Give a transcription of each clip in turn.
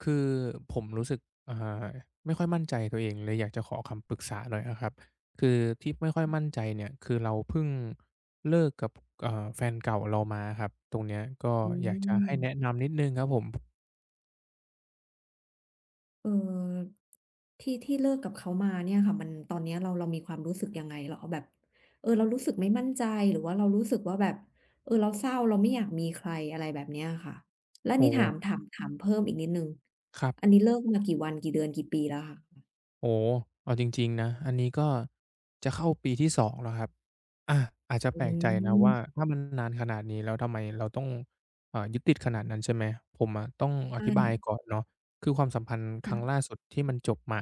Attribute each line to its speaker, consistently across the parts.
Speaker 1: คือผมรู้สึกอ่าไม่ค่อยมั่นใจตัวเองเลยอยากจะขอคำปรึกษาหน่อยอะครับคือที่ไม่ค่อยมั่นใจเนี่ยคือเราเพิ่งเลิกกับแฟนเก่าเรามาครับตรงเนี้ยก็
Speaker 2: อื
Speaker 1: อยากจะให้
Speaker 2: ม
Speaker 1: แนะนำนิดนึงครับผม
Speaker 2: เออที่เลิกกับเขามาเนี่ยค่ะมันตอนเนี้ยเรามีความรู้สึกยังไงเราเอาแบบเรารู้สึกไม่มั่นใจหรือว่าเรารู้สึกว่าแบบเราเศร้าเราไม่อยากมีใครอะไรแบบเนี้ยอะค่ะแล้วอัน
Speaker 1: โอ้
Speaker 2: นี้ถามเพิ่มอีกนิดหนึ่ง
Speaker 1: ครั
Speaker 2: อันนี้
Speaker 1: บ
Speaker 2: เลิกมากี่วันกี่เดือนกี่ปีแล้วคะ
Speaker 1: โอ้โฮเอาจริงๆนะอันนี้ก็จะเข้าปีที่สองแล้วครับอาอาจจะแป
Speaker 2: อื
Speaker 1: ลกใจนะว่า
Speaker 2: ม
Speaker 1: ถ้ามันนานขนาดนี้แล้วทำไมเราต้องยึดติดขนาดนั้นใช่ไหม ผมอะต้องอ
Speaker 2: ใช่
Speaker 1: ธิบายก่อนเนาะคือความสัมพันธ์ครั้ง
Speaker 2: ค่ะ
Speaker 1: ล่าสุดที่มันจบมา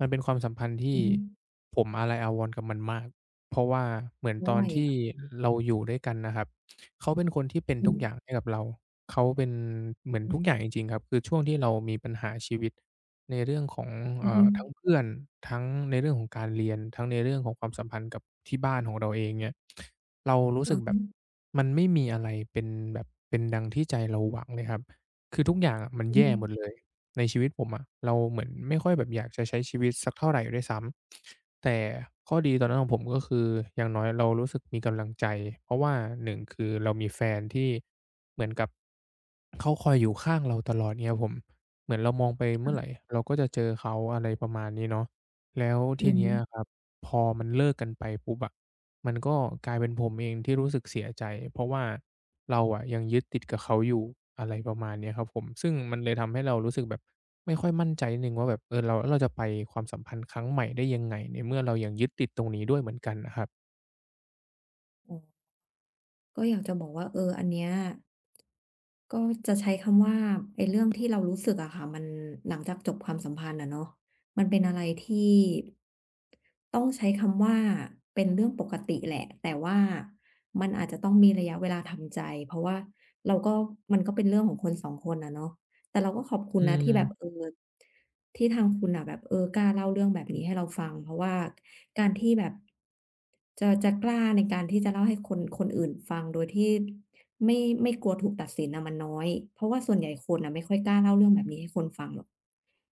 Speaker 1: มันเป็นความสัมพันธ์ที่
Speaker 2: อือฮึ
Speaker 1: ผมอาลัยอาวรณ์กับมันมากเพราะว่าเหมือน
Speaker 2: เพ
Speaker 1: ต
Speaker 2: ราะ
Speaker 1: อ
Speaker 2: อะ
Speaker 1: น
Speaker 2: ไร
Speaker 1: ที่
Speaker 2: อะ
Speaker 1: เราอยู่ด้วยกันนะครับเขาเป็นคนที่เป็น
Speaker 2: อื
Speaker 1: ทุก
Speaker 2: ม
Speaker 1: อย่างให้กับเราเขาเป็นเหมือน
Speaker 2: อื
Speaker 1: ทุกอย่า
Speaker 2: อ
Speaker 1: งจริงๆครับคือช่วงที่เรามีปัญหาชีวิต ในเรื่องของ
Speaker 2: อือฮึ
Speaker 1: ทั้งเพื่อนทั้งในเรื่องของการเรียนทั้งในเรื่องของความสัมพันธ์กับที่บ้านของเราเองเนี่ยเรารู้สึก
Speaker 2: อะ
Speaker 1: แบบ
Speaker 2: ฮะ
Speaker 1: มันไม่มีอะไรเป็นแบบเป็นดังที่ใจเราหวังเลยครับคือทุกอย่างอะมัน
Speaker 2: อือ
Speaker 1: แย่
Speaker 2: ฮึ
Speaker 1: หมดเลยในชีวิตผมอะเราเหมือนไม่ค่อยแบบอยากจะใช้ชีวิตสักเท่าไรด้วยซ้ำแต่ข้อดีตอนนั้นของผมก็คืออย่างน้อยเรารู้สึกมีกำลังใจเพราะว่าหนึ่งคือเรามีแฟนที่เหมือนกับเขาคอยอยู่ข้างเราตลอดเงี้ยครับผม เหมือนเรามองไปเมื่อไหร่เราก็จะเจอเขาอะไรประมาณนี้เนาะแล้วที
Speaker 2: อือฮึ
Speaker 1: เนี้ยครับพอมันเลิกกันไปปุ๊บอะมันก็กลายเป็นผมเองที่รู้สึกเสียใจเพราะว่าเราอะยังยึดติดกับเขาอยู่อะไรประมาณเนี้ยครับผมซึ่งมันเลยทำให้เรารู้สึกแบบไม่ค่อยมั่นใจนิดหนึ่งว่าแบบเออเราแล้วเราจะไปความสัมพันธ์ครั้งใหม่ได้ยังไงในเมื่อเรายังยึดติดตรงนี้ด้วยเหมือนกันนะครับ
Speaker 2: อ๋อก็อยากจะบอกว่าอันเนี้ย ก็จะใช้คำว่าไอ้เรื่องที่เรารู้สึกอะค่ะมันหลังจากจบความสัมพันธ์อะเนาะมันเป็นอะไรที่ต้องใช้คำว่าเป็นเรื่องปกติแหละแต่ว่ามันอาจจะต้องมีระยะเวลาทำใจเพราะว่าเราก็มันก็เป็นเรื่องของคน2คนอะเนาะ แต่เราก็ขอบคุ
Speaker 1: อื
Speaker 2: ณนะที่แบบ
Speaker 1: ม
Speaker 2: ที่ทางคุณน่ะแบบกล้าเล่าเรื่องแบบนี้ให้เราฟังเพราะว่าการที่แบบจะกล้าในการที่จะเล่าให้คนคนอื่นฟังโดยที่ไม่ไม่กลัวถูกตัดสินน่ะมันน้อยเพราะว่าส่วนใหญ่คนน่ะไม่ค่อยกล้าเล่าเรื่องแบบนี้ให้คนฟังหรอก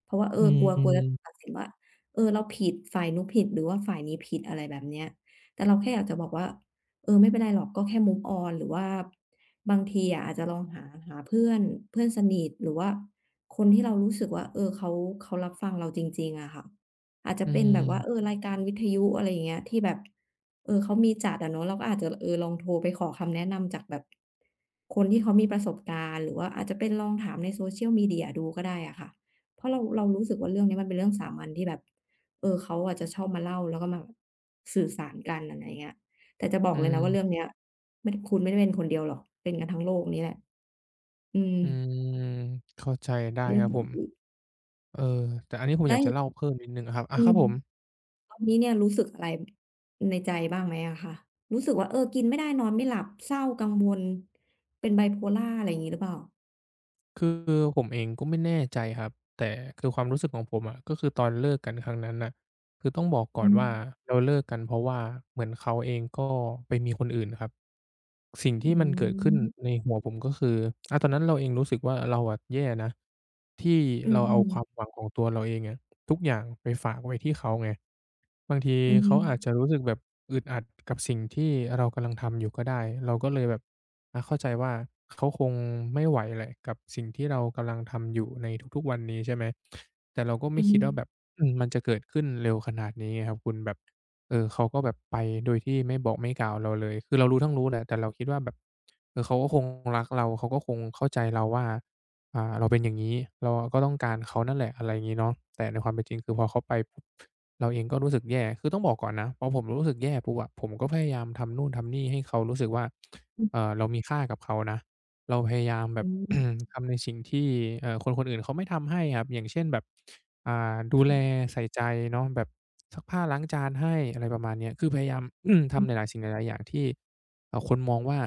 Speaker 2: เพราะว่า
Speaker 1: อื
Speaker 2: อกลัวกลัวจะถูกตั
Speaker 1: ม
Speaker 2: ดสินว่าเราผิดฝ่ายนู้นผิดหรือว่าฝ่ายนี้ผิดอะไรแบบเนี้ยแต่เราแค่อยากจะบอกว่าไม่เป็นไรหรอกก็แค่ move on หรือว่าบางทีอะอาจจะลองหาเพื่อนเพื่อนสนิทหรือว่าคนที่เรารู้สึกว่าเขารับฟังเราจริงๆอะค่ะอาจจะ
Speaker 1: อื
Speaker 2: เป็นแบบว่า
Speaker 1: ม
Speaker 2: รายการวิทยุอะไรอย่างเงี้ยที่แบบเขามีจัดอะเนาะเราก็อาจจะลองโทรไปขอคำแนะนำจากแบบคนที่เขามีประสบการณ์หรือว่าอาจจะเป็นลองถามใน social media ดูก็ได้อะค่ะ เพราะเรารู้สึกว่าเรื่องนี้มันเป็นเรื่องสามัญที่แบบเขาอะจะชอบมาเล่าแล้วก็มาสื่อสารกันอะไรอย่างเงี้ยแต่จะบอ
Speaker 1: อื
Speaker 2: กเลยนะว่าเรื่อง
Speaker 1: ม
Speaker 2: เนี้ยไม่ได้คุณไม่ได้เป็นคนเดียวหรอกเป็นกันทั้งโลกนี้แหละอืม
Speaker 1: อืมเข้าใจได้
Speaker 2: เรื่อ
Speaker 1: ค
Speaker 2: ง
Speaker 1: รับ
Speaker 2: ป
Speaker 1: ผ
Speaker 2: ก
Speaker 1: ม
Speaker 2: ติ
Speaker 1: เออแต่อันนี้ผมอ
Speaker 2: แล้
Speaker 1: ยา
Speaker 2: ว
Speaker 1: ก
Speaker 2: อ
Speaker 1: จะ
Speaker 2: ย่าง
Speaker 1: เล่าเพิ่มนิดหนึ่งอะครับอา
Speaker 2: อื
Speaker 1: ค
Speaker 2: ม
Speaker 1: รับผม
Speaker 2: ตอนนี้เนี่ยรู้สึกอะไรในใจบ้างไหมอะคะรู้สึกว่ากินไม่ได้นอนไม่หลับเศร้ากังวลเป็น bipolar อะไรอย่างงี้หรือเปล่า
Speaker 1: คือผมเองก็ไม่แน่ใจครับแต่คือความรู้สึกของผมอะก็คือตอนเลิกกันครั้งนั้นน่ะคือต้องบอกก่อ
Speaker 2: อื
Speaker 1: น
Speaker 2: อฮึ
Speaker 1: ว่าเราเลิกกันเพราะว่าเหมือนเขาเองก็ไปมีคนอื่นครับสิ่งที่
Speaker 2: อื
Speaker 1: มันเกิดขึ้น
Speaker 2: ม
Speaker 1: ในหัวผมก็คือตอนนั้นเราเองรู้สึกว่าเราอะแย่นะที่
Speaker 2: อื
Speaker 1: เราเอา
Speaker 2: ม
Speaker 1: ควา
Speaker 2: ๆ
Speaker 1: มหวังของตัวเราเองอะทุกอย่างไปฝากไว้ที่เขาไงบางที
Speaker 2: อือฮึ
Speaker 1: เขาอาจจะรู้สึกแบบอึดอัดกับสิ่งที่เรากำลังทำอยู่ก็ได้เราก็เลยแบบ เข้าใจว่าเขาคงไม่ไหวแหละกับสิ่งที่เรากำลังทำอยู่ในทุกๆวันนี้ใช่ไหมแต่เราก็
Speaker 2: อื
Speaker 1: ไม่
Speaker 2: อ
Speaker 1: คิ
Speaker 2: ฮึ
Speaker 1: ดว่าแบบมันจะเกิดขึ้นเร็วขนาดนี้ไงครับคุณแบบเออเขาก็แบบไปโดยที่ไม่บอกไม่กล่าวเราเลยคือเรารู้ทั้งรู้แหละแต่เราคิดว่าแบบเออเขาก็คงรักเราเขาก็คงเข้าใจเราว่าเราเป็นอย่างงี้เราอะก็ต้องการเขานั่นแหละอะไรอย่างงี้เนาะแต่ในความเป็นจริงคือพอเขาไปปุ๊บเราเองก็รู้สึกแย่คือต้องบอกก่อนนะพอผมรู้สึกแย่ปุ๊บอะผมก็พยายามทำนู่นทำนี่ให้เขารู้สึกว่า
Speaker 2: อือ
Speaker 1: เรามีค่ากับเขานะเราพยายามแบ
Speaker 2: อื
Speaker 1: บ
Speaker 2: ม
Speaker 1: ทำในสิ่งที่คนคนอื่นเขาไม่ทำให้ครับอย่างเช่นแบบดูแลใส่ใจเนาะแบบซักผ้าล้างจานให้อะไรประมาณเนี้ยคือพยายาม
Speaker 2: อื
Speaker 1: ทำหลา
Speaker 2: ม
Speaker 1: ยๆสิ่งหลายๆอย่างที่คนมองว่า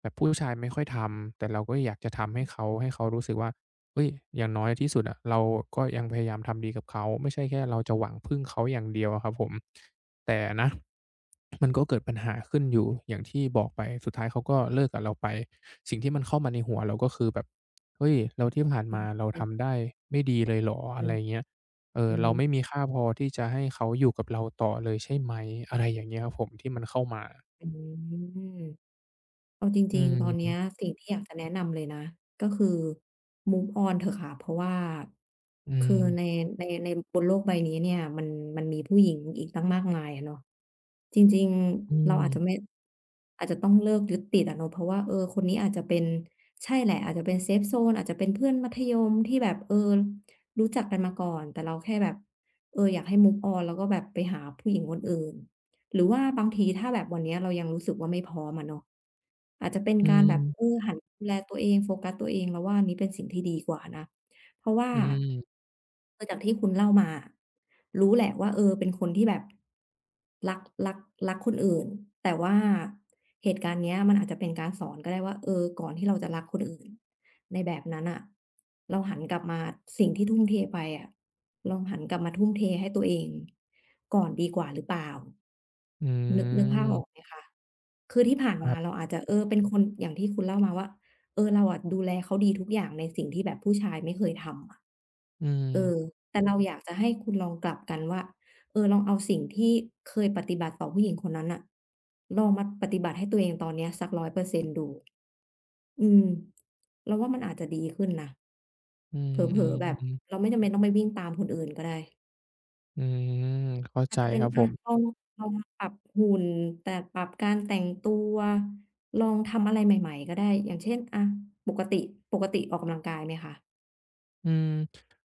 Speaker 1: แบบผู้ชายไม่ค่อยทำแต่เราก็อยากจะทำให้เขาให้เขารู้สึกว่าเฮ้ยอย่างน้อยที่สุดอะเราก็ยังพยายามทำดีกับเขาไม่ใช่แค่เราจะหวังพึ่งเขาอย่างเดียวอะครับผม แต่นะมันก็เกิดปัญหาขึ้นอยู่อย่างที่บอกไปสุดท้ายเขาก็เลิกกับเราไปสิ่งที่มันเข้ามาในหัวเราก็คือแบบเฮ้ยแล้วที่ผ่านมาเรา
Speaker 2: อืม
Speaker 1: ทำได้ไม่ดีเลยเหรอ
Speaker 2: อื
Speaker 1: อะไร
Speaker 2: ม
Speaker 1: เงี้ยเออ
Speaker 2: อืม
Speaker 1: เราไม่มีค่าพอที่จะให้เขาอยู่กับเราต่อเลยใช่ไหมอะไรอย่างเงี้ยครับผมที่มันเข้ามา
Speaker 2: อืมเอาจ
Speaker 1: อื
Speaker 2: ริงๆ ตอนเนี้ย
Speaker 1: ม
Speaker 2: สิ่งที่อยากจะแนะนำเลยนะก็คือ move on เถอะค่ะเพราะว่า
Speaker 1: อืม
Speaker 2: คือในบนโลกใบนี้เนี่ยมันมีผู้หญิงอีกตั้งมากมายอะเนาะจริง
Speaker 1: อื
Speaker 2: ๆเรา
Speaker 1: ม
Speaker 2: อาจจะไม่อาจจะต้องเลิกยึดติดอะเนาะเพราะว่าคนนี้อาจจะเป็นใช่แหละอาจจะเป็นเซฟโซนอาจจะเป็นเพื่อนมัธยมที่แบบรู้จักกันมาก่อนแต่เราแค่แบบอยากให้ move on แล้วก็แบบไปหาผู้หญิงคนอื่น หรือว่าบางทีถ้าแบบวันเนี้ยเรายังรู้สึกว่าไม่พร้อมอะเนาะอาจจะเป็น
Speaker 1: อื
Speaker 2: การแบ
Speaker 1: ม
Speaker 2: บหันดูแลตัวเองโฟกัสตัวเองเราว่าอันนี้เป็นสิ่งที่ดีกว่านะเพราะว่า
Speaker 1: อืม
Speaker 2: คือจากที่คุณเล่ามาอะรู้แหละว่าเป็นคนที่แบบรักรักรักคนอื่นแต่ว่าเหตุการณ์เนี้ยมันอาจจะเป็นการสอนก็ได้ว่าก่อนที่เราจะรักคนอื่น ในแบบนั้นอ่ะเราหันกลับมาสิ่งที่ทุ่มเทไปอะลองหันกลับมาทุ่มเทให้ตัวเองก่อนดีกว่าหรือเปล่า
Speaker 1: อื
Speaker 2: นึกภาพออกไห
Speaker 1: ม
Speaker 2: มคะคือที่ผ่าน
Speaker 1: ค
Speaker 2: มา
Speaker 1: รั
Speaker 2: เรา
Speaker 1: บ
Speaker 2: อาจจะเป็นคนอย่างที่คุณเล่ามาว่าเราอะดูแลเขาดีทุกอย่างในสิ่งที่แบบผู้ชายไม่เคยทำอะ
Speaker 1: อืม
Speaker 2: เออแต่เราอยากจะให้คุณลองกลับกันว่าลองเอาสิ่งที่เคยปฏิบัติต่อผู้หญิงคนนั้นน่ะลองมาปฏิบัติให้ตัวเองตอนเนี้ยสักร้อยเปอร์เซ็นต์ดู อืมเราว่ามันอาจจะดีขึ้นนะ
Speaker 1: อื
Speaker 2: เผลอๆแบบ
Speaker 1: มๆ
Speaker 2: เรา
Speaker 1: ๆ
Speaker 2: ไม่จำเป็นต้องไปวิ่งตามคนอื่นก็ได้
Speaker 1: อืมเข้า
Speaker 2: อา
Speaker 1: ใจ
Speaker 2: จจะเป็
Speaker 1: ค
Speaker 2: น
Speaker 1: รับผ
Speaker 2: อะ
Speaker 1: ม
Speaker 2: ลองปรับหุ่นแต่ปรับการแต่งตัวลองทำอะไรใหม่ๆก็ได้อย่างเช่นอะปกติปกติออกกำลังกายไหมคะ
Speaker 1: อืม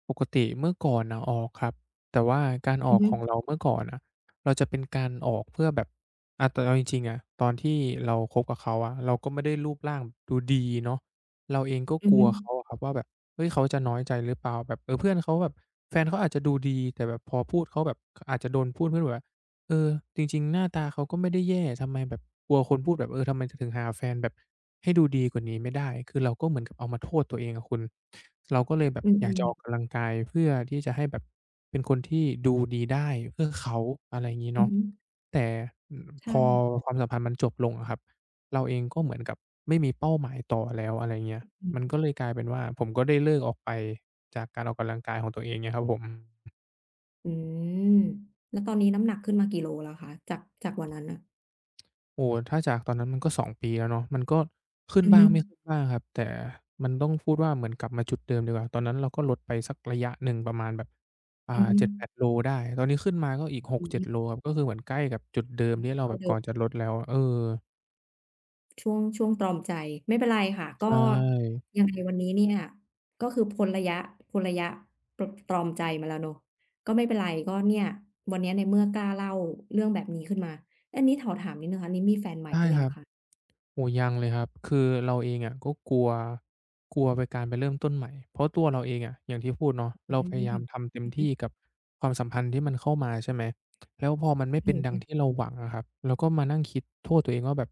Speaker 1: ปกติเมื่อก่อนน่ะออกครับแต่ว่าการอ
Speaker 2: อื
Speaker 1: อ
Speaker 2: อ
Speaker 1: ก
Speaker 2: ฮึ
Speaker 1: ของเราเมื่อก่อนน่ะเราจะเป็นการออกเพื่อแบบแต่เอาจริงๆอะตอนที่เราคบกับเขาอะเราก็ไม่ได้รูปร่างดูดีเนาะเราเองก็
Speaker 2: อื
Speaker 1: ก
Speaker 2: อ
Speaker 1: ลั
Speaker 2: ฮึ
Speaker 1: วเขาอะครับว่าแบบเฮ้ยเขาจะน้อยใจหรือเปล่าแบบเออเพื่อนเขาแบบแฟนเขาอาจจะดูดีแต่แบบพอพูดเขาแบบอาจจะโดนพูดเพื่อนแบบ เออจริงๆหน้าตาเขาก็ไม่ได้แย่ทำไมแบบกลัวคนพูดแบบเออทำไมเธอถึงหาแฟนแบบให้ดูดีกว่านี้ไม่ได้คือเราก็เหมือนกับเอามาโทษตัวเองอะคุณเราก็เลยแบบ
Speaker 2: อื
Speaker 1: อยากจะ
Speaker 2: ม
Speaker 1: ออก
Speaker 2: ๆ
Speaker 1: กำลังกายเพื่อที่จะให้แบบเป็นคนที่ดูดีได้เพื่อเขาอะไรอย่างงี้
Speaker 2: อือ
Speaker 1: เนาะ
Speaker 2: ฮึ
Speaker 1: แต่พอ
Speaker 2: ใช่
Speaker 1: ความสัมพันธ์มันจบลงอะครับเราเองก็เหมือนกับไม่มีเป้าหมายต่อแล้วอะไรเงี้ย
Speaker 2: อื
Speaker 1: มัน
Speaker 2: ม
Speaker 1: ก็เลยกลายเป็นว่าผมก็ได้เลิกออกไปจากการออกกำลังกายของตัวเองเงียครับผม
Speaker 2: อืมแล้วตอนนี้น้ำหนักขึ้นมากี่โลแล้วคะจากจากวันนั้นน่ะ
Speaker 1: โอ้โฮถ้าจากตอนนั้นมันก็2ปีแล้วเนาะมันก็ขึ้น
Speaker 2: อือ
Speaker 1: บ้าง
Speaker 2: ฮึ
Speaker 1: ไม่ขึ้นบ้างครับแต่มันต้องพูดว่าเหมือนกลับมาจุดเดิมดีกว่าตอนนั้นเราก็ลดไปสักระยะหนึ่งประมาณแบบ
Speaker 2: อือฮึ
Speaker 1: เจ็ดแปดโลได้ตอนนี้ขึ้นมาก็อีก
Speaker 2: อือฮึ
Speaker 1: 6-7โลครับก็คือเหมือนใกล้กับจุดเดิมที่เราแบ
Speaker 2: เท่า
Speaker 1: บ
Speaker 2: เดิ
Speaker 1: ก่อ
Speaker 2: ม
Speaker 1: นจะลดแล้วเออ
Speaker 2: ช่วงช่วงตรอมใจไม่เป็นไรค่ะ
Speaker 1: ใช
Speaker 2: ก็
Speaker 1: ่
Speaker 2: ยังไงวันนี้เนี่ยก็คือพ้นระยะพ้นระยะตรตรอมใจมาแล้วเนาะก็ไม่เป็นไรก็เนี่ยวันเนี้ยในเมื่อกล้าเล่าเรื่องแบบนี้ขึ้นมาอันนี้ขอถามนิดหนึ่งค่ะอันนี้มีแฟนใหม่
Speaker 1: ใช่
Speaker 2: หรือ
Speaker 1: ค
Speaker 2: ยัง
Speaker 1: รับ
Speaker 2: คะ
Speaker 1: โอ้ยังเลยครับคือเราเองอะก็กลัวกลัวไปการไปเริ่มต้นใหม่เพราะตัวเราเองอะอย่างที่พูดเนาะ
Speaker 2: อืม
Speaker 1: เราพยายามทำเต็ม
Speaker 2: อือฮึ
Speaker 1: ที่กับความสัมพันธ์ที่มันเข้ามาใช่ไหมแล้วพอมันไม่
Speaker 2: อื
Speaker 1: เป็น
Speaker 2: อ
Speaker 1: ดั
Speaker 2: ฮึ
Speaker 1: งที่เราหวังอะครับเราก็มานั่งคิดโทษตัวเองว่าแบบ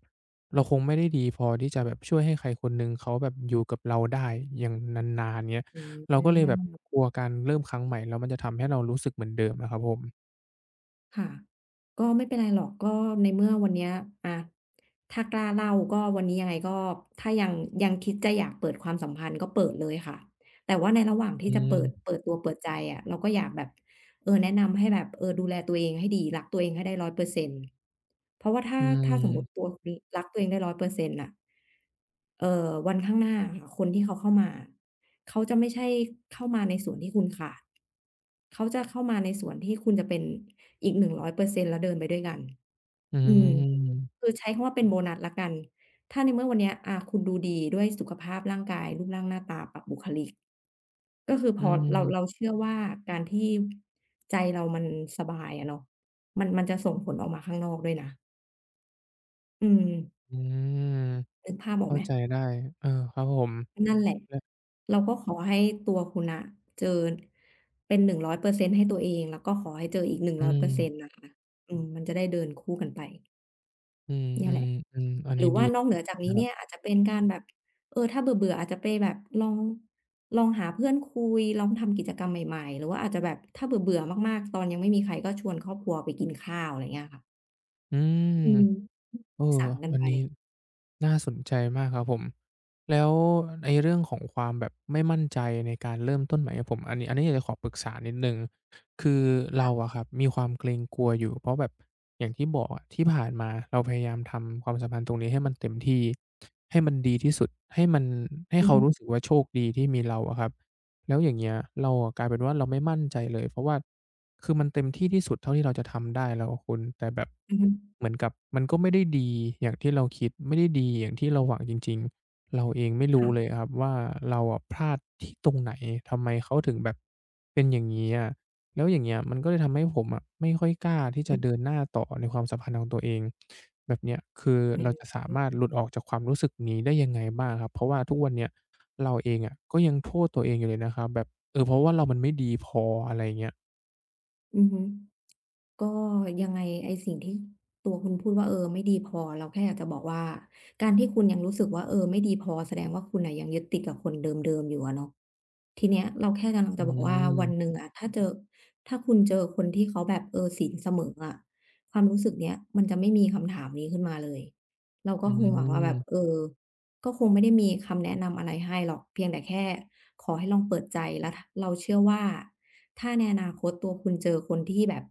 Speaker 1: เราคงไม่ได้ดีพอที่จะแบบช่วยให้ใครคนหนึ่งเขาแบบอยู่กับเราได้อย่างนานๆเนี้ย
Speaker 2: อือ
Speaker 1: เรา
Speaker 2: อื
Speaker 1: ก็เลยแบบ
Speaker 2: อ
Speaker 1: กลัวการเริ่มครั้งใหม่แล้วมันจะทำให้เรารู้สึกเหมือนเดิมนะครับผม
Speaker 2: ค่ะก็ไม่เป็นไรหรอกก็ในเมื่อวันเนี้ยอะถ้ากล้าเล่าก็วันนี้ยังไงก็ถ้ายังยังคิดจะอยากเปิดความสัมพันธ์ก็เปิดเลยค่ะแต่ว่าในระหว่างที่
Speaker 1: อื
Speaker 2: จะเปิด
Speaker 1: ม
Speaker 2: เปิดตัวเปิดใจอะเราก็อยากแบบ แนะนำให้แบบดูแลตัวเองให้ดีรักตัวเองให้ได้ร้อยเปอเเซนต์เพราะว่าถ้า
Speaker 1: อื
Speaker 2: ถ้า
Speaker 1: ม
Speaker 2: สมมุติตัวคุณรักตัวเองได้100%นต์น่ะวันข้างหน้าอะค่ะคนที่เขาเข้ามาเขาจะไม่ใช่เข้ามาในส่วนที่คุณขาดเขาจะเข้ามาในส่วนที่คุณจะเป็นอีกหนงร้อยเปอร์เซ็นต์แล้วเดินไปด้วยกัน
Speaker 1: อื
Speaker 2: อืม
Speaker 1: ม
Speaker 2: คือใช้คำว่าเป็นโบนัสแล้วกันถ้าในเมื่อวันเนี้ยอาคุณดูดีด้วยสุขภาพร่างกายรูปร่างหน้าตาปะบุคลิก ก็คือพ
Speaker 1: อื
Speaker 2: อเราเรา
Speaker 1: ม
Speaker 2: เชื่อว่าการที่ใจเรามันสบายอะเนาะมันมันจะส่งผลออกมาข้างนอกด้วยนะอืม
Speaker 1: อืม
Speaker 2: นึกภาพออก
Speaker 1: เข้า
Speaker 2: ไหม
Speaker 1: ใจได้เออครับผม
Speaker 2: นั่นแหละ
Speaker 1: และ
Speaker 2: เราก็ขอให้ตัวคุณน่ะเจอเป็น100%ให้ตัวเองแล้วก็ขอให้เจออีก
Speaker 1: อืม
Speaker 2: 100%นงร้อยเปอร์เซ็นต์นะคะอืมมันจะได้เดินคู่กันไป
Speaker 1: อื
Speaker 2: เนี่ยแหละ
Speaker 1: มๆๆอัน
Speaker 2: ห
Speaker 1: นี้
Speaker 2: รือ
Speaker 1: ดี
Speaker 2: ว่านอกเหนือจา
Speaker 1: เล
Speaker 2: ก
Speaker 1: ย
Speaker 2: นี้
Speaker 1: ครั
Speaker 2: เนี่ยอา
Speaker 1: บ
Speaker 2: จจะเป็นการแบบถ้าเบื่อๆอาจจะไปแบบลองลองหาเพื่อนคุยลองทำกิจกรรมใหม่ๆหรือว่าอาจจะแบบถ้าเบื่อๆมากๆตอนยังไม่มีใครก็ชวนครอบครัวไปกินข้าวอะไรเงี้ยค่ะ
Speaker 1: อื
Speaker 2: อื
Speaker 1: ม
Speaker 2: ม
Speaker 1: เออ
Speaker 2: สั่งกัน
Speaker 1: อัน
Speaker 2: ไป
Speaker 1: นี้น่าสนใจมากครับผม แล้วไอ้เรื่องของความแบบไม่มั่นใจในการเริ่มต้นใหม่ครับผมอันนี้อยากจะขอปรึกษานิดหนึ่งคือเราอะครับมีความเกรงกลัวอยู่เพราะแบบอย่างที่บอกอะที่ผ่านมาเราพยายามทำความสัมพันธ์ตรงนี้ให้มันเต็มที่ให้มันดีที่สุดให้มันให้
Speaker 2: อือ
Speaker 1: เขา
Speaker 2: ฮึ
Speaker 1: รู้สึกว่าโชคดีที่มีเราอะครับ แล้วอย่างเงี้ยเราอะกลายเป็นว่าเราไม่มั่นใจเลยเพราะว่าคือมันเต็มที่ที่สุดเท่าที่เราจะทำได้แล้วอะคุณแต่แบบเหมือนกับมันก็ไม่ได้ดีอย่างที่เราคิดไม่ได้ดีอย่างที่เราหวังจริงๆเราเองไม่
Speaker 2: ๆ
Speaker 1: รู้
Speaker 2: ค่ะ
Speaker 1: เลยอะครับว่าเราอะพลาดที่ตรงไหนทำไมเขาถึงแบบเป็นอย่างงี้อะแล้วอย่างเงี้ยมันก็เลยทำให้ผมอะไม่ค่อยกล้าที่จะ
Speaker 2: อือ
Speaker 1: เดินหน้าต่อในความสัมพันธ์ของตัวเองแบบเนี้ยคือ
Speaker 2: อือ
Speaker 1: เรา
Speaker 2: ฮึ
Speaker 1: จะสามารถหลุดออกจากความรู้สึกนี้ได้ยังไงบ้างครับเพราะว่าทุกวันเนี้ย เราเองอะก็ยังโทษตัวเองอยู่เลยนะครับแบบเออเพราะว่าเรามันไม่ดีพออะไรอย่างเงี้ย
Speaker 2: อือฮึ ก็ยังไงไอ้สิ่งที่ตัวคุณพูดว่าไม่ดีพอเราแค่อยากจะบอกว่าการที่คุณยังรู้สึกว่าไม่ดีพอแสดงว่าคุณน่ะยังยึดติดกับคนเดิมๆอยู่อะเนาะทีเนี้ยเราแค่กำลัง
Speaker 1: อื
Speaker 2: จะบอกว่าวันห
Speaker 1: ม
Speaker 2: นึ่งอะถ้าเจอถ้าคุณเจอคนที่เขาแบบศีลเสมออะความรู้สึกเนี้ยมันจะไม่มีคำถามนี้ขึ้นมาเลยเราก็
Speaker 1: อื
Speaker 2: คงหวังว่าแบบเอ
Speaker 1: ม
Speaker 2: อ ก็คงไม่ได้มีคำแนะนำอะไรให้หรอกเพียงแต่แค่ขอให้ลองเปิดใจแล้วทเราเชื่อว่าถ้าในอนาคตตัวคุณเจอคนที่แบบ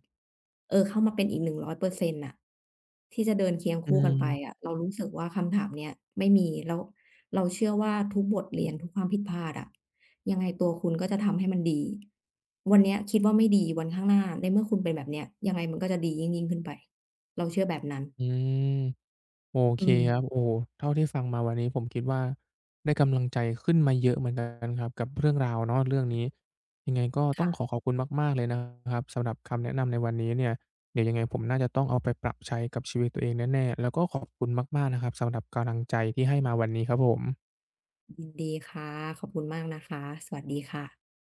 Speaker 2: เข้ามาเป็นอีก100%น่งร้อยเปอร์เซ็นต์น่ะที่จะเดินเคียง
Speaker 1: อื
Speaker 2: คู่กันไปอะ
Speaker 1: ม
Speaker 2: เรารู้สึกว่าคำถามเนี้ยไม่มีแล้วเราเชื่อว่าทุกบทเรียนทุกความผิดพลาดอะยังไงตัวคุณก็จะทำให้มันดีวันเนี้ยคิดว่าไม่ดีวันข้างหน้าในเมื่อคุณเป็นแบบเนี้ยยังไงมันก็จะดียิ่งๆขึ้นไปเราเชื่อแบบนั้น
Speaker 1: อืมโอเค
Speaker 2: อืม
Speaker 1: ครับโอ้โฮเท่าที่ฟังมาวันนี้ผมคิดว่าได้กำลังใจขึ้นมาเยอะเหมือนกันครับกับเรื่องราวเนาะเรื่องนี้ยังไงก็ต้องขอ
Speaker 2: ค่ะ
Speaker 1: ขอบคุณมากๆเลยนะครับสำหรับคำแนะนำในวันนี้เนี่ยเดี๋ยวยังไงผมน่าจะต้องเอาไปปรับใช้กับชีวิตตัวเองแน่ๆแล้วก็ขอบคุณมากๆนะครับสำหรับกำลังใจที่ให้มาวันนี้ครับผม
Speaker 2: ยินดีค่ะ ขอบคุณมากนะคะ สวัสดีค่ะ